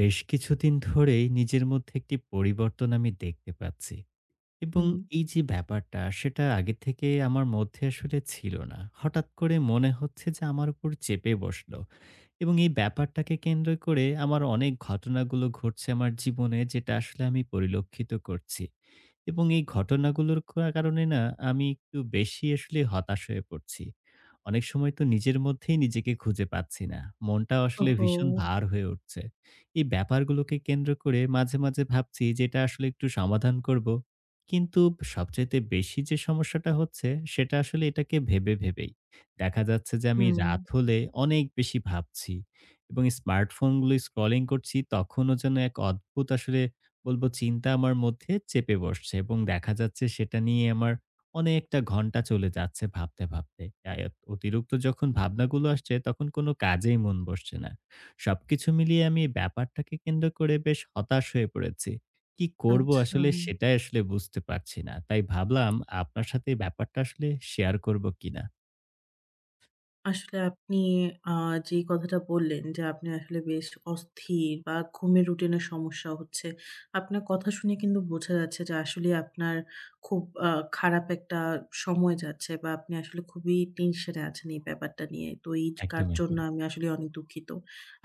বেশ কিছুদিন ধরেই নিজের মধ্যে একটি পরিবর্তন আমি দেখতে পাচ্ছি। এবং হুম, এই যে ব্যাপারটা সেটা আগে থেকে আমার মধ্যে আসলে ছিল না। হঠাৎ করে মনে হচ্ছে যে আমার উপর চেপে বসলো। এবং এই ব্যাপারটাকে কেন্দ্র করে আমার অনেক ঘটনাগুলো ঘটছে আমার জীবনে, যেটা আসলে আমি পরিলক্ষিত করছি। এবং এই ঘটনাগুলোর কারণে না আমি একটু বেশি আসলে হতাশ হয়ে পড়ছি। অনেক সময় তো নিজের মধ্যেই নিজেকে খুঁজে পাচ্ছি না। মনটাও আসলে ওহো! ভীষণ ভার হয়ে উঠছে। এই ব্যাপারগুলোকে কেন্দ্র করে মাঝে, মাঝে ভাবছি যে এটা আসলে একটু সমাধান করব। কিন্তু সবচাইতে বেশি যে সমস্যাটা হচ্ছে, সেটা আসলে এটাকে ভেবে ভেবেই। দেখা যাচ্ছে যে আমি হুম, রাত হলে অনেক বেশি ভাবছি এবং স্মার্টফোনগুলো স্ক্রলিং করছি, তখনও যেন এক অদ্ভুত আসলে বলবো চিন্তা আমার মধ্যে চেপে বসছে এবং দেখা যাচ্ছে সেটা নিয়ে আমার অনেকটা ঘন্টা চলে যাচ্ছে ভাবতে, ভাবতে। আ অতিরিক্ত যখন ভাবনাগুলো আসছে, তখন কোনো কাজেই মন বসছে না। সবকিছু মিলিয়ে আমি এই ব্যাপারটাকে কেন্দ্র করে বেশ হতাশ হয়ে পড়েছি। কি করব আচ্ছা। আসলে, সেটাই আসলে বুঝতে পারছি না। তাই ভাবলাম আপনার সাথে এই ব্যাপারটা আসলে শেয়ার করব কিনা। আসলে আপনি আ যে কথাটা বললেন যে, আপনি আসলে বেশ অস্থির বা ঘুমের রুটিনের সমস্যা হচ্ছে। আপনার কথা শুনে কিন্তু বোঝা যাচ্ছে যে, আসলেই আপনার খুব আ খারাপ একটা সময় যাচ্ছে বা আপনি আসলে খুবই টেনশনে আছেন এই ব্যাপারটা নিয়ে। তো এই কার একদম, জন্য একদম, আমি আসলে অনেক দুঃখিত।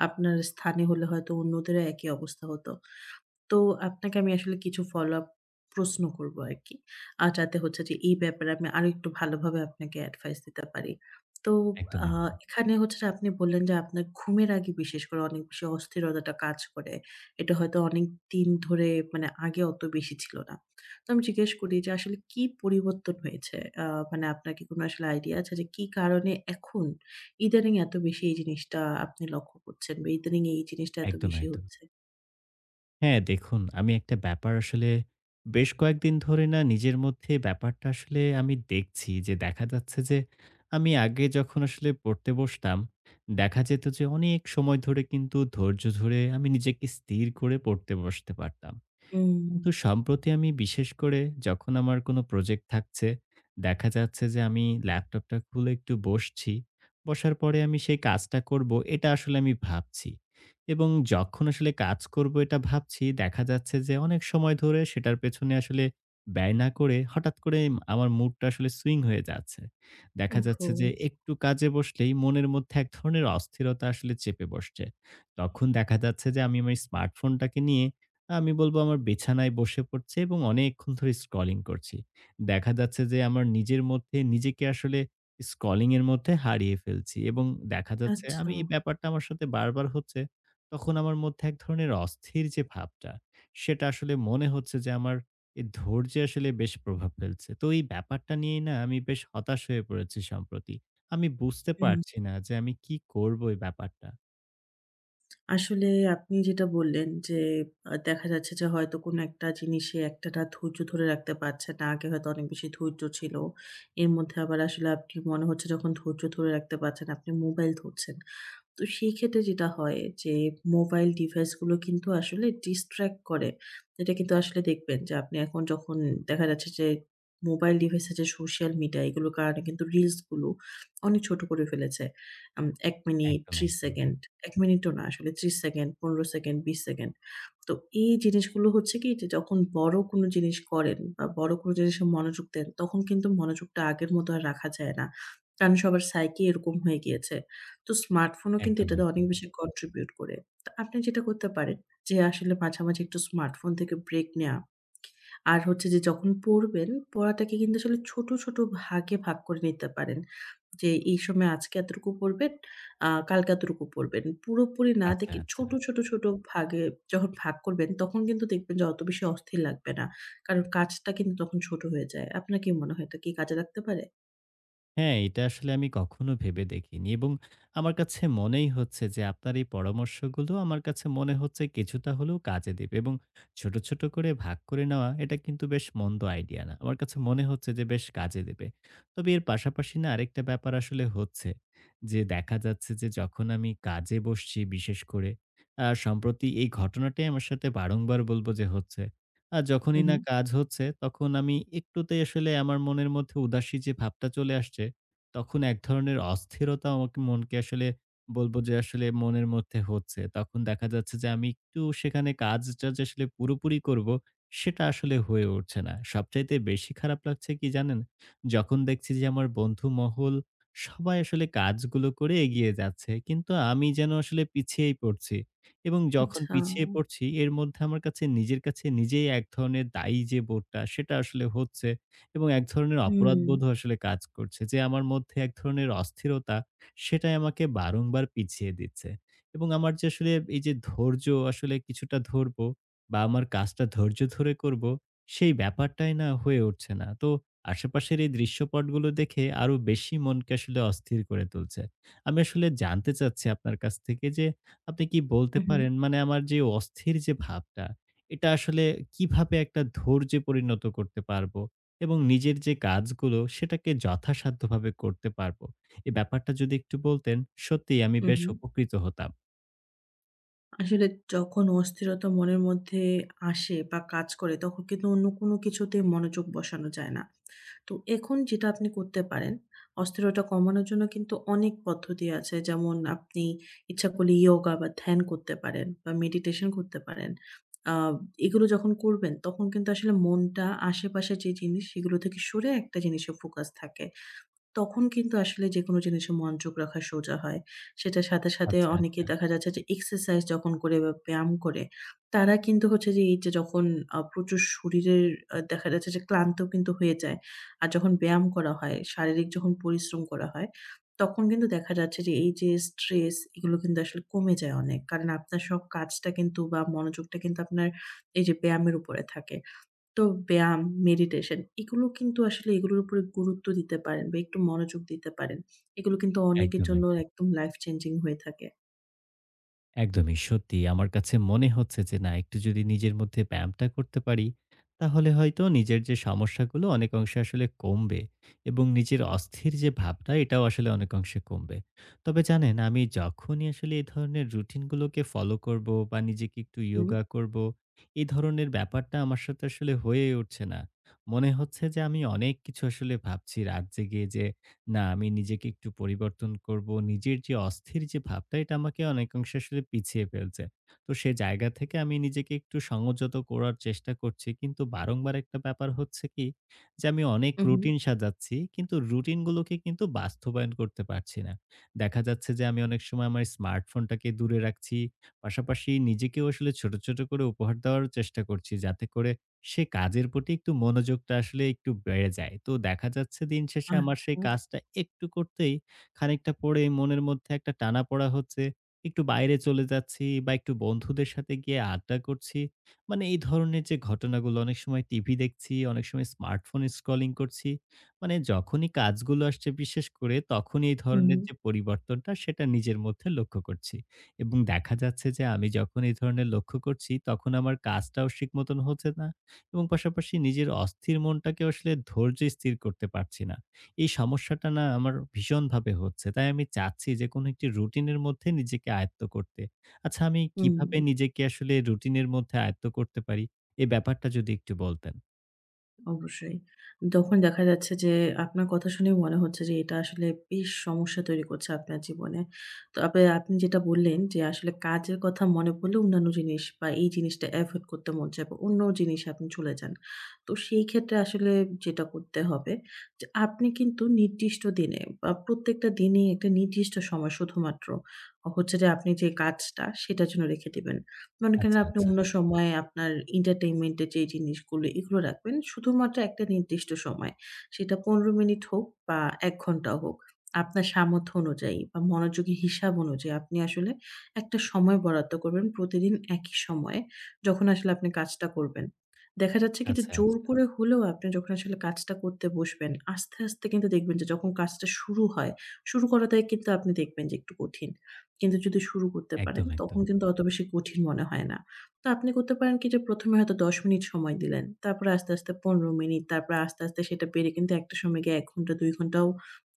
আপনার স্থানে হলে হয়তো অন্যদেরও একই অবস্থা হতো। তো আপনাকে আমি আসলে কিছু ফলো-আপ প্রশ্ন করব আরকি। যাতে হচ্ছে যে এই ব্যাপারে আমি আরেকটু ভালোভাবে আপনাকে অ্যাডভাইস দিতে পারি। তো একদম, আ একদম, এখানে হচ্ছে যে আপনি বললেন যে আপনার ঘুমের আগে বিশেষ করে অনেক বেশি অস্থিরতাটা কাজ করে। এটা হয়তো অনেকদিন ধরে মানে আগে অত বেশি ছিল না। তো আমি জিজ্ঞেস করি যে আসলে কি পরিবর্তন হয়েছে? আ মানে আপনার কি কোনো আসলে আইডিয়া আছে যে কি কারণে এখন ইদানিং এত বেশি এই জিনিসটা আপনি লক্ষ্য করছেন বা ইদানিং এই জিনিসটা এত একদম, বেশি একদম। হচ্ছে? হ্যাঁ, দেখুন, আমি একটা ব্যাপার আসলে বেশ কয়েকদিন ধরে না নিজের মধ্যে ব্যাপারটা আসলে আমি দেখছি যে দেখা যাচ্ছে যে আমি আগে যখন আসলে পড়তে বসতাম, দেখা যেত যে অনেক সময় ধরে কিন্তু ধৈর্য ধরে আমি নিজেকে স্থির করে পড়তে বসতে পারতাম। হুম। কিন্তু সম্প্রতি আমি বিশেষ করে যখন আমার কোনো প্রজেক্ট থাকছে, দেখা যাচ্ছে যে আমি ল্যাপটপটা খুলে একটু বসছি। বসার পরে আমি সেই কাজটা করব, এটা আসলে আমি ভাবছি। এবং যখন আসলে কাজ করব এটা ভাবছি, দেখা যাচ্ছে যে অনেক সময় ধরে সেটার পেছনে আসলে ব্যয় না করে হঠাৎ করে আমার মুডটা আসলে সুইং হয়ে যাচ্ছে। দেখা ওহো! যাচ্ছে যে একটু কাজে বসলেই মনের মধ্যে এক ধরনের অস্থিরতা আসলে চেপে বসছে। তখন দেখা যাচ্ছে যে আমি আমার স্মার্টফোনটাকে নিয়ে আমি বলব আমার বিছানায় বসে পড়ছি এবং অনেকক্ষণ ধরে স্ক্রলিং করছি। দেখা যাচ্ছে যে আমার নিজের মধ্যে নিজেকে আসলে স্ক্রলিং এর মধ্যে হারিয়ে ফেলছি এবং দেখা যাচ্ছে আচ্ছা। আমি এই ব্যাপারটা আমার সাথে বারবার হচ্ছে। তখন আমার মধ্যে এক ধরনের অস্থির যে ভাবটা, সেটা আসলে মনে হচ্ছে যে আমার এ ধৈর্যে আসলে বেশ প্রভাব ফেলছে। তো এই ব্যাপারটা নিয়েই না আমি বেশ হতাশ হয়ে পড়েছি সম্প্রতি। আমি বুঝতে হুম। পারছি না যে আমি কি করব এই ব্যাপারটা? আসলে আপনি যেটা বললেন যে, দেখা যাচ্ছে যে হয়তো কোনো একটা জিনিসে একটানা ধৈর্য ধরে রাখতে পারছেন না। আগে হয়তো অনেক বেশি ধৈর্য ছিল। এর মধ্যে আবার আসলে আপনি মনে হচ্ছে যখন ধৈর্য ধরে রাখতে পারছেন, আপনি মোবাইল ধরছেন। তো সেই ক্ষেত্রে যেটা হয় যে মোবাইল ডিভাইসগুলো কিন্তু আসলে ডিস্ট্রাক্ট করে। এটা কিন্তু আসলে দেখবেন যে আপনি এখন যখন দেখা যাচ্ছে যে মোবাইল ডিভাইসে যে সোশ্যাল মিডিয়া এগুলোর কারণে কিন্তু রিলস গুলো অনেক ছোট করে ফেলেছে। ১ মিনিট, একদম, ৩০ একদম। সেকেন্ড, ১ মিনিটও না আসলে ৩০ সেকেন্ড, ১৫ সেকেন্ড, ২০ সেকেন্ড। তো এই জিনিসগুলো হচ্ছে কি যে যখন বড় কোনো জিনিস করেন বা বড় কোনো জিনিসে মনোযোগ দেন, তখন কিন্তু মনোযোগটা আগের মতো আর রাখা যায় না। কারণ সবার সাইকি এরকম হয়ে গিয়েছে। তো স্মার্টফোনও কিন্তু একদম, এটাতে অনেক একদম। বেশি কন্ট্রিবিউট করে। তো আপনি যেটা করতে পারেন যে আসলে মাঝামাঝি একটু স্মার্টফোন থেকে ব্রেক নেয়া। আর হচ্ছে যে যখন পড়বেন, পড়াটাকে কিন্তু আসলে ছোট, ছোট ভাগে ভাগ করে নিতে পারেন। যে এই সময় আজকে এতটুকু পড়বেন, কালকে এতটুকু পড়বেন। পুরোপুরি না আচ্ছা, দেখে আচ্ছা। ছোট, ছোট, ছোট ভাগে যখন ভাগ করবেন, তখন কিন্তু দেখবেন যে অত বেশি অস্থির লাগবে না। কারণ কাজটা কিন্তু তখন ছোট হয়ে যায়। আপনার কি মনে হয় এটা কি কাজে লাগতে পারে? হ্যাঁ, এটা আসলে আমি কখনো ভেবে দেখিনি এবং আমার কাছে মনেই হচ্ছে যে আপনার এই পরামর্শগুলো আমার কাছে মনে হচ্ছে কিছুটা হলেও কাজে দেবে। এবং ছোট, ছোট করে ভাগ করে নেওয়া, এটা কিন্তু বেশ মন্দ আইডিয়া না। আমার কাছে মনে হচ্ছে যে বেশ কাজে দেবে। তবে এর পাশাপাশি না আরেকটা ব্যাপার আসলে হচ্ছে, যে দেখা যাচ্ছে যে যখন আমি কাজে বসছি, বিশেষ করে সম্প্রতি এই ঘটনাটাই আমার সাথে বারংবার বলব যে হচ্ছে। হু, যখনই হু। না কাজ হচ্ছে, তখন আমি একটুতেই আসলে আমার মনের মধ্যে উদাসী যে ভাবটা চলে আসছে, তখন এক ধরনের অস্থিরতা আমাকে মনকে আসলে বলব যে আসলে মনের মধ্যে হচ্ছে। তখন দেখা যাচ্ছে যে আমি একটু সেখানে কাজটা যে আসলে পুরোপুরি করব, সেটা আসলে হয়ে উঠছে না। সবচাইতে বেশি খারাপ লাগছে কি জানেন? যখন দেখছি যে আমার বন্ধু মহল সবাই আসলে কাজগুলো করে এগিয়ে যাচ্ছে। কিন্তু আমি যেন আসলে পিছিয়েই পড়ছি। এবং যখন আচ্ছা। পিছিয়ে পড়ছি, এর মধ্যে আমার কাছে নিজের কাছে নিজেই এক ধরনের দায়ী যে বোধটা, সেটা আসলে হচ্ছে। এবং এক ধরনের হুম। অপরাধবোধও আসলে কাজ করছে যে আমার মধ্যে এক ধরনের অস্থিরতা, সেটাই আমাকে বারংবার পিছিয়ে দিচ্ছে। এবং আমার যে আসলে এই যে ধৈর্য আসলে কিছুটা ধরবো বা আমার কাজটা ধৈর্য ধরে করব, সেই ব্যাপারটাই না হয়ে উঠছে না। তো আশেপাশের এই দৃশ্যপটগুলো দেখে আরো বেশি মনকে আসলে অস্থির করে তুলছে। আমি আসলে জানতে চাচ্ছি আপনার কাছ থেকে যে, আপনি কি বলতে উহু, পারেন মানে আমার যে অস্থির যে ভাবটা, এটা আসলে কিভাবে একটা ধৈর্যে পরিণত করতে পারবো? এবং নিজের যে কাজগুলো সেটাকে যথাসাধ্যভাবে করতে পারবো। এই ব্যাপারটা যদি একটু বলতেন, সত্যিই আমি বেশ উহু। উপকৃত হতাম। আসলে যখন অস্থিরতা মনের মধ্যে আসে বা কাজ করে তখন কিন্তু অন্য কোনো কিছুতে মনোযোগ বসানো যায় না। তো এখন যেটা আপনি করতে পারেন, অস্থিরতা কমানোর জন্য কিন্তু অনেক পদ্ধতি আছে। যেমন আপনি ইচ্ছা করলে ইয়োগা বা ধ্যান করতে পারেন বা মেডিটেশন করতে পারেন। আ এগুলো যখন করবেন তখন কিন্তু আসলে মনটা আশেপাশে যে জিনিস সেগুলো থেকে সরে একটা জিনিসে ফোকাস থাকে। তখন কিন্তু আসলে যেকোনো জিনিসে মনোযোগ রাখা সোজা হয়। সেটার সাথে, সাথে আচ্ছা, অনেকে আচ্ছা। দেখা যাচ্ছে যে এক্সারসাইজ যখন করে বা ব্যায়াম করে, তারা কিন্তু হচ্ছে যে এই যে যখন প্রচুর শরীরের দেখা যাচ্ছে যে ক্লান্ত কিন্তু হয়ে যায়। আর যখন ব্যায়াম করা হয়, শারীরিক যখন পরিশ্রম করা হয়, তখন কিন্তু দেখা যাচ্ছে যে এই যে স্ট্রেস এগুলো কিন্তু আসলে কমে যায় অনেক। কারণ আপনার সব কাজটা কিন্তু বা মনোযোগটা কিন্তু আপনার এই যে ব্যায়ামের উপরে থাকে। তো ব্যায়াম, মেডিটেশন এগুলো কিন্তু আসলে এগুলোর উপরে গুরুত্ব দিতে পারেন বা একটু মনোযোগ দিতে পারেন। এগুলো কিন্তু অনেকের একদম, জন্য একদম। একদম লাইফ চেঞ্জিং হয়ে থাকে। একদমই সত্যি। আমার কাছে মনে হচ্ছে যে না, একটু যদি নিজের মধ্যে ব্যায়ামটা করতে পারি, তাহলে হয়তো নিজের যে সমস্যাগুলো অনেক অংশে আসলে কমবে এবং নিজের অস্থির যে ভাবটা এটাও আসলে অনেক অংশে কমবে। তবে জানেন, আমি যখনই আসলে এই ধরনের রুটিনগুলোকে ফলো করব বা নিজেকে একটু হুম, ইয়োগা করব, এই ধরনের ব্যাপারটা আমার সাথে আসলে হয়েই উঠছে না। মনে হচ্ছে যে আমি অনেক কিছু আসলে ভাবছি রাত জেগে যে না, আমি নিজেকে একটু পরিবর্তন করব। নিজের যে অস্থির যে ভাবটা এটা আমাকে অনেকাংশে আসলে পিছিয়ে ফেলছে। তো সে জায়গা থেকে আমি নিজেকে একটু সংযত করার চেষ্টা করছি। কিন্তু বারংবার একটা ব্যাপার হচ্ছে কি যে, আমি অনেক হু, হুম। রুটিন সাজাচ্ছি কিন্তু রুটিন গুলোকে কিন্তু বাস্তবায়ন করতে পারছি না। দেখা যাচ্ছে যে আমি অনেক সময় আমার স্মার্টফোনটাকে দূরে রাখছি। পাশাপাশি নিজেকেও আসলে ছোট, ছোট করে উপহার দেওয়ার চেষ্টা করছি যাতে করে সে কাজের প্রতি একটু মনোযোগটা আসলে একটু বেড়ে যায়। তো দেখা যাচ্ছে দিন শেষে আমার আচ্ছা। সেই কাজটা একটু করতেই খানিকটা পরে মনের মধ্যে একটা টানাপোড়া হচ্ছে। একটু বাইরে চলে যাচ্ছি বা একটু বন্ধুদের সাথে গিয়ে আড্ডা করছি। মানে এই ধরনের যে ঘটনাগুলো, অনেক সময় টিভি দেখছি, অনেক সময় স্মার্টফোন স্ক্রলিং করছি। মানে যখনই কাজগুলো আসছে বিশেষ করে, তখনই এই হুম, ধরনের যে পরিবর্তনটা সেটা নিজের মধ্যে লক্ষ্য করছি। এবং দেখা যাচ্ছে যে আমি যখন এই ধরনের লক্ষ্য করছি, তখন আমার কাজটাও ঠিক মতন হচ্ছে না। এবং পাশাপাশি নিজের অস্থির মনটাকে আসলে ধৈর্যে স্থির করতে পারছি না। এই সমস্যাটা না আমার ভীষণভাবে হচ্ছে। তাই আমি চাচ্ছি যে কোনো একটি রুটিনের মধ্যে নিজেকে আয়ত্ত করতে। আচ্ছা, আমি কিভাবে হুম। নিজেকে আসলে রুটিনের মধ্যে আয়ত্ত করতে পারি? এই ব্যাপারটা যদি একটু বলতেন। অবশ্যই। তখন দেখা যাচ্ছে যে আপনার কথা শুনেই মনে হচ্ছে যে এটা আসলে বেশ সমস্যা তৈরি করছে আপনার জীবনে। তবে আপনি যেটা বললেন যে আসলে কাজের কথা মনে পড়লে অন্যান্য জিনিস বা এই জিনিসটা এভয়েড করতে মন চায় বা অন্য জিনিসে আপনি চলে যান। তো সেই ক্ষেত্রে আসলে যেটা করতে হবে যে আপনি কিন্তু নির্দিষ্ট দিনে বা প্রত্যেকটা দিনেই একটা নির্দিষ্ট সময় শুধুমাত্র হচ্ছে যে আপনি যে কাজটা সেটার জন্য রেখে দিবেন। মনে করেন আচ্ছা, আপনি আচ্ছা, অন্য সময়ে আপনার entertainment এর যে জিনিসগুলো এগুলো রাখবেন। শুধুমাত্র একটা নির্দিষ্ট সময়। সেটা ১৫ মিনিট হোক বা ১ ঘন্টাও হোক। আপনার সামর্থ্য অনুযায়ী বা মনোযোগের হিসাব অনুযায়ী আপনি আসলে একটা সময় বরাদ্দ করবেন প্রতিদিন একই সময়ে। যখন আসলে আপনি কাজটা করবেন। দেখা যাচ্ছে কি যে আচ্ছা, জোর আচ্ছা। করে হলেও আপনি যখন আসলে কাজটা করতে বসবেন, আস্তে, আস্তে কিন্তু দেখবেন যে যখন কাজটা শুরু হয়, শুরু করাটাই কিন্তু আপনি দেখবেন যে একটু কঠিন। কিন্তু যদি শুরু করতে পারেন একদম, তখন একদম। কিন্তু অত বেশি কঠিন মনে হয় না। তো আপনি করতে পারেন কি যে ১ম এ হয়তো ১০ মিনিট সময় দিলেন। তারপরে আস্তে, আস্তে ১৫ মিনিট, তারপরে আস্তে, আস্তে সেটা বেড়ে কিন্তু একটা সময় গিয়ে ১ ঘন্টা ২ ঘন্টাও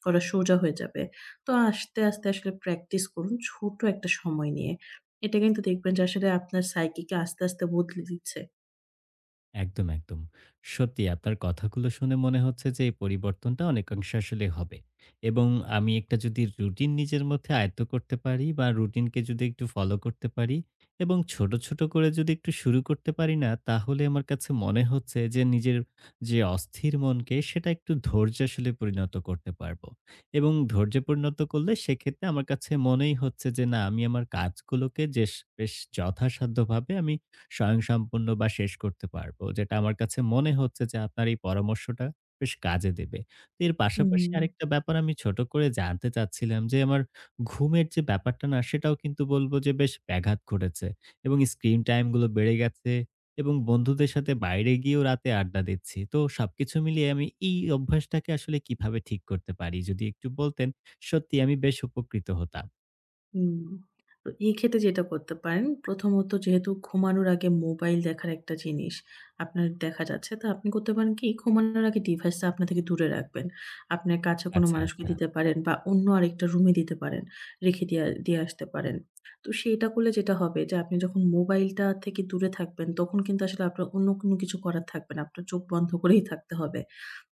করা সোজা হয়ে যাবে। তো আস্তে, আস্তে আসলে প্র্যাকটিস করুন ছোট একটা সময় নিয়ে। এটা কিন্তু দেখবেন যে আসলে আপনার সাইকিকে আস্তে, আস্তে বদলে দিচ্ছে। একদম, একদম। সত্যি আপনার কথাগুলো শুনে মনে হচ্ছে যে এই পরিবর্তনটা অনেকাংশে আসলে হবে। এবং আমি একটা যদি রুটিন নিজের মধ্যে আয়ত্ত করতে পারি বা রুটিনকে যদি একটু ফলো করতে পারি এবং ছোট, ছোট করে যদি একটু শুরু করতে পারি না, তাহলে আমার কাছে মনে হচ্ছে যে নিজের যে অস্থির মনকে সেটা একটু ধৈর্যে আসলে পরিণত করতে পারবো। এবং ধৈর্যে পরিণত করলে সেক্ষেত্রে আমার কাছে মনেই হচ্ছে যে না, আমি আমার কাজগুলোকে বেশ যথাসাধ্যভাবে আমি স্বয়ংসম্পূর্ণ বা শেষ করতে পারবো। যেটা আমার কাছে মনে হচ্ছে যে আপনার এই পরামর্শটা বেশ কাজে দেবে। তো এর পাশাপাশি হুম, আরেকটা ব্যাপার আমি ছোট করে জানতে চাচ্ছিলাম যে, আমার ঘুমের যে ব্যাপারটা না সেটাও কিন্তু বলবো যে বেশ ব্যাঘাত ঘটেছে এবং স্ক্রিন টাইম গুলো বেড়ে গেছে এবং বন্ধুদের সাথে বাইরে গিয়েও রাতে আড্ডা দিচ্ছি। তো সবকিছু মিলিয়ে আমি এই অভ্যাসটাকে আসলে কিভাবে ঠিক করতে পারি? যদি একটু বলতেন, সত্যি আমি বেশ উপকৃত হতাম। হুম। তো এই ক্ষেত্রে যেটা করতে পারেন, প্রথমত যেহেতু ঘুমানোর আগে মোবাইল দেখার একটা জিনিস আপনার দেখা যাচ্ছে, তো আপনি করতে পারেন কি ঘুমানোর আগে ডিভাইসটা আপনা থেকে দূরে রাখবেন। আপনার কাছে কোনো আচ্ছা, মানুষকে আচ্ছা। দিতে পারেন বা অন্য আরেকটা রুমে দিতে পারেন। রেখে দিয়ে দিয়ে আসতে পারেন। তো সেটা করলে যেটা হবে যে আপনি যখন মোবাইলটা থেকে দূরে থাকবেন, তখন কিন্তু আসলে আপনার অন্য কোনো কিছু করার থাকবে না। আপনার চোখ বন্ধ করেই থাকতে হবে।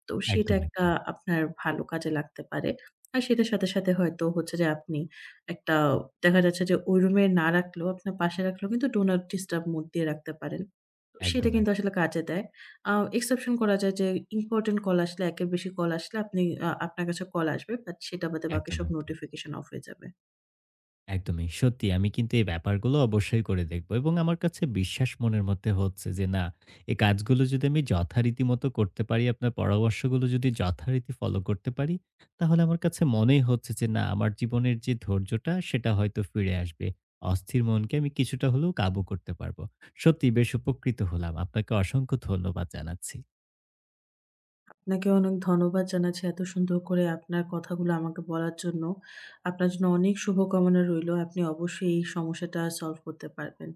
তো সেটা একদম, একটা একদম। আপনার ভালো কাজে লাগতে পারে। আর সেটার সাথে, সাথে হয়তো হচ্ছে যে আপনি একটা দেখা যাচ্ছে যে ওই রুমে না রাখলেও আপনার পাশে রাখলেও কিন্তু ডো নট ডিস্টার্ব মোড দিয়ে রাখতে পারেন। তো সেটা একদম, কিন্তু একদম। আসলে কাজে দেয়। এক্সেপশন করা যায় যে ইম্পোর্টেন্ট কল আসলে একের বেশি কল আসলে আপনি আপনার কাছে কল আসবে বাট সেটা বাদে বাকি একদম, সব একদম। নোটিফিকেশন অফ হয়ে যাবে। একদমই। সত্যি আমি কিন্তু এই ব্যাপারগুলো অবশ্যই করে দেখব এবং আমার কাছে বিশ্বাস মনের মধ্যে হচ্ছে যে না, এই কাজগুলো যদি আমি যথারীতি মতো করতে পারি, আপনার পরামর্শগুলো যদি যথারীতি ফলো করতে পারি, তাহলে আমার কাছে মনেই হচ্ছে যে না, আমার জীবনের যে ধৈর্যটা সেটা হয়তো ফিরে আসবে। অস্থির মনকে আমি কিছুটা হলেও কাবু করতে পারব। সত্যিই বেশ উপকৃত হলাম। আপনাকে অসংখ্য ধন্যবাদ জানাচ্ছি। আপনাকে অনেক ধন্যবাদ জানাচ্ছি এত সুন্দর করে আপনার কথাগুলো আমাকে বলার জন্য। আপনার জন্য অনেক শুভকামনা রইলো। আপনি অবশ্যই এই সমস্যাটা সলভ করতে পারবেন।